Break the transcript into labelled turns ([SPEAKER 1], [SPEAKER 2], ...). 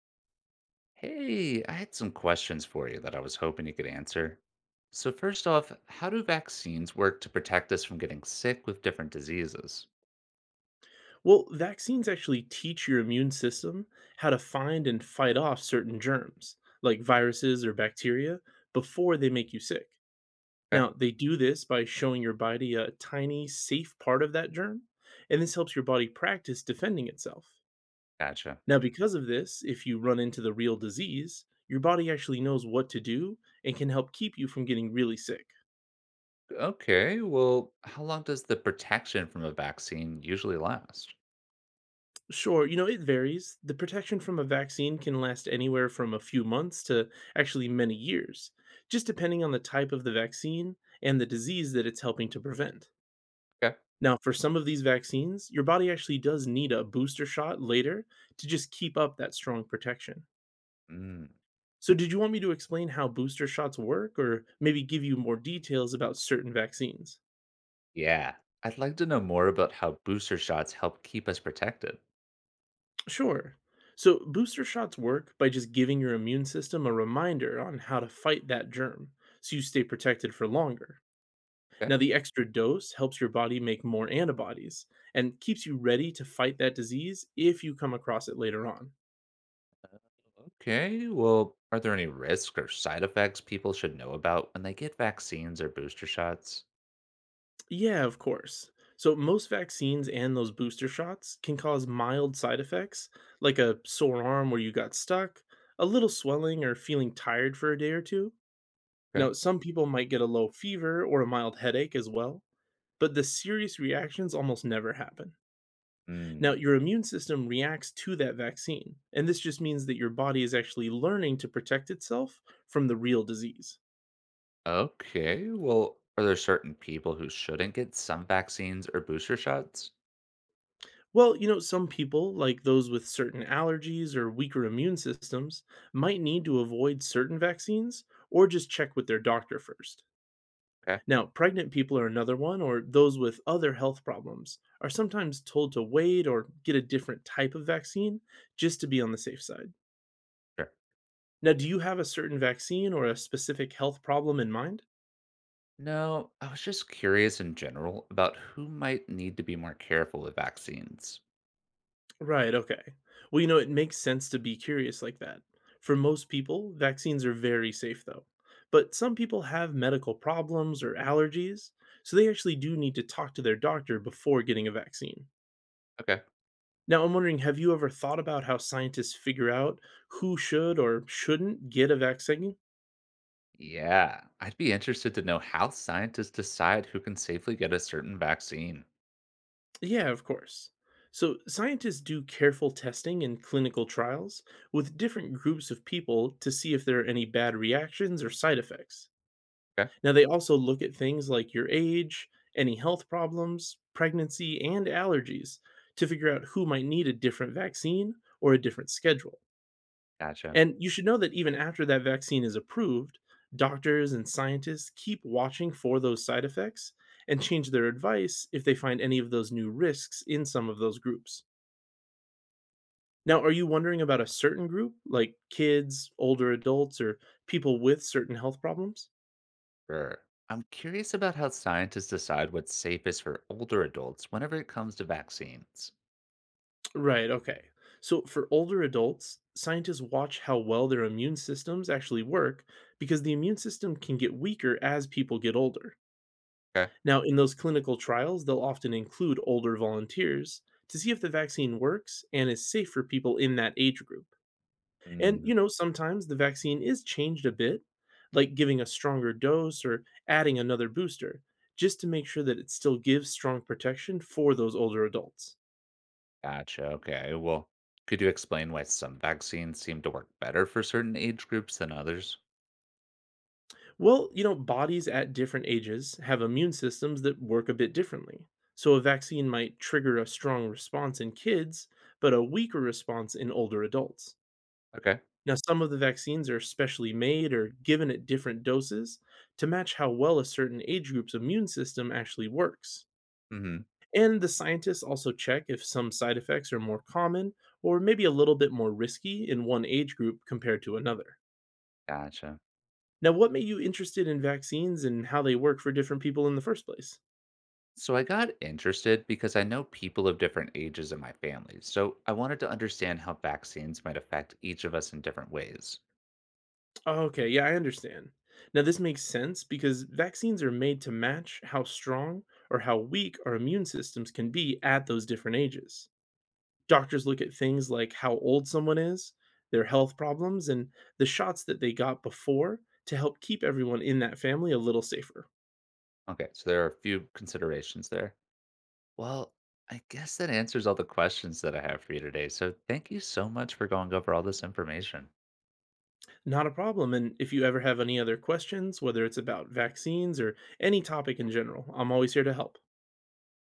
[SPEAKER 1] Hey, I had some questions for you that I was hoping you could answer. So, first off, how do vaccines work to protect us from getting sick with different diseases?
[SPEAKER 2] Well, vaccines actually teach your immune system how to find and fight off certain germs, like viruses or bacteria, before they make you sick.
[SPEAKER 1] Okay.
[SPEAKER 2] Now, they do this by showing your body a tiny, safe part of that germ, and this helps your body practice defending itself.
[SPEAKER 1] Gotcha.
[SPEAKER 2] Now, because of this, if you run into the real disease, your body actually knows what to do and can help keep you from getting really sick.
[SPEAKER 1] Okay, well, how long does the protection from a vaccine usually last?
[SPEAKER 2] Sure, you know, it varies. The protection from a vaccine can last anywhere from a few months to actually many years, just depending on the type of the vaccine and the disease that it's helping to prevent.
[SPEAKER 1] Okay.
[SPEAKER 2] Now, for some of these vaccines, your body actually does need a booster shot later to just keep up that strong protection.
[SPEAKER 1] Mm,
[SPEAKER 2] So, did you want me to explain how booster shots work or maybe give you more details about certain vaccines?
[SPEAKER 1] yeah, I'd like to know more about how booster shots help keep us protected.
[SPEAKER 2] Sure. So, booster shots work by just giving your immune system a reminder on how to fight that germ so you stay protected for longer.
[SPEAKER 1] Okay.
[SPEAKER 2] Now, the extra dose helps your body make more antibodies and keeps you ready to fight that disease if you come across it later on.
[SPEAKER 1] Okay, well, are there any risks or side effects people should know about when they get vaccines or booster shots?
[SPEAKER 2] Yeah, of course. So, most vaccines and those booster shots can cause mild side effects, like a sore arm where you got stuck, a little swelling, or feeling tired for a day or two. Now, some people might get a low fever or a mild headache as well but the serious reactions almost never happen. Now,
[SPEAKER 1] Okay.
[SPEAKER 2] your immune system reacts to that vaccine, and this just means that your body is actually learning to protect itself from the real disease.
[SPEAKER 1] Okay. Well, are there certain people who shouldn't get some vaccines or booster shots?
[SPEAKER 2] Well, you know, some people, like those with certain allergies or weaker immune systems, might need to avoid certain vaccines or just check with their doctor first.
[SPEAKER 1] Okay.
[SPEAKER 2] Now, pregnant people are another one, or those with other health problems are sometimes told to wait or get a different type of vaccine just to be on the safe side.
[SPEAKER 1] Sure.
[SPEAKER 2] Now, do you have a certain vaccine or a specific health problem in mind?
[SPEAKER 1] No, I was just curious in general about who might need to be more careful with vaccines.
[SPEAKER 2] Right, okay. Well, you know, it makes sense to be curious like that. For most people, vaccines are very safe, though. But some people have medical problems or allergies, so they actually do need to talk to their doctor before getting a vaccine.
[SPEAKER 1] Okay.
[SPEAKER 2] Now, I'm wondering have you ever thought about how scientists figure out who should or shouldn't get a vaccine?
[SPEAKER 1] Yeah. I'd be interested to know how scientists decide who can safely get a certain vaccine.
[SPEAKER 2] Yeah, of course. So, scientists do careful testing and clinical trials with different groups of people to see if there are any bad reactions or side effects.
[SPEAKER 1] Okay.
[SPEAKER 2] Now, they also look at things like your age, any health problems, pregnancy, and allergies to figure out who might need a different vaccine or a different schedule.
[SPEAKER 1] Gotcha.
[SPEAKER 2] And you should know that even after that vaccine is approved, doctors and scientists keep watching for those side effects and change their advice if they find any of those new risks in some of those groups. Now, are you wondering about a certain group, like kids, older adults, or people with certain health problems?
[SPEAKER 1] Sure. I'm curious about how scientists decide what's safest for older adults whenever it comes to vaccines.
[SPEAKER 2] Right, okay. So for older adults, scientists watch how well their immune systems actually work because the immune system can get weaker as people get older.
[SPEAKER 1] Okay.
[SPEAKER 2] Now, in those clinical trials, they'll often include older volunteers to see if the vaccine works and is safe for people in that age group. And, you know, sometimes the vaccine is changed a bit, like giving a stronger dose or adding another booster, just to make sure that it still gives strong protection for those older adults.
[SPEAKER 1] Gotcha. Okay. Well, could you explain why some vaccines seem to work better for certain age groups than others?
[SPEAKER 2] Well, you know, bodies at different ages have immune systems that work a bit differently. So a vaccine might trigger a strong response in kids, but a weaker response in older adults.
[SPEAKER 1] Okay.
[SPEAKER 2] Now, some of the vaccines are specially made or given at different doses to match how well a certain age group's immune system actually works.
[SPEAKER 1] Hmm.
[SPEAKER 2] And the scientists also check if some side effects are more common or maybe a little bit more risky in one age group compared to another.
[SPEAKER 1] Gotcha.
[SPEAKER 2] Now, what made you interested in vaccines and how they work for different people in the first place?
[SPEAKER 1] So I got interested because I know people of different ages in my family. So I wanted to understand how vaccines might affect each of us in different ways.
[SPEAKER 2] Okay, yeah, I understand. Now, this makes sense because vaccines are made to match how strong or how weak our immune systems can be at those different ages. Doctors look at things like how old someone is, their health problems, and the shots that they got before to help keep everyone in that family a little safer.
[SPEAKER 1] Okay. So there are a few considerations there. Well, I guess that answers all the questions that I have for you today. So thank you so much for going over all this information.
[SPEAKER 2] Not a problem. And if you ever have any other questions, whether it's about vaccines or any topic in general, I'm always here to help.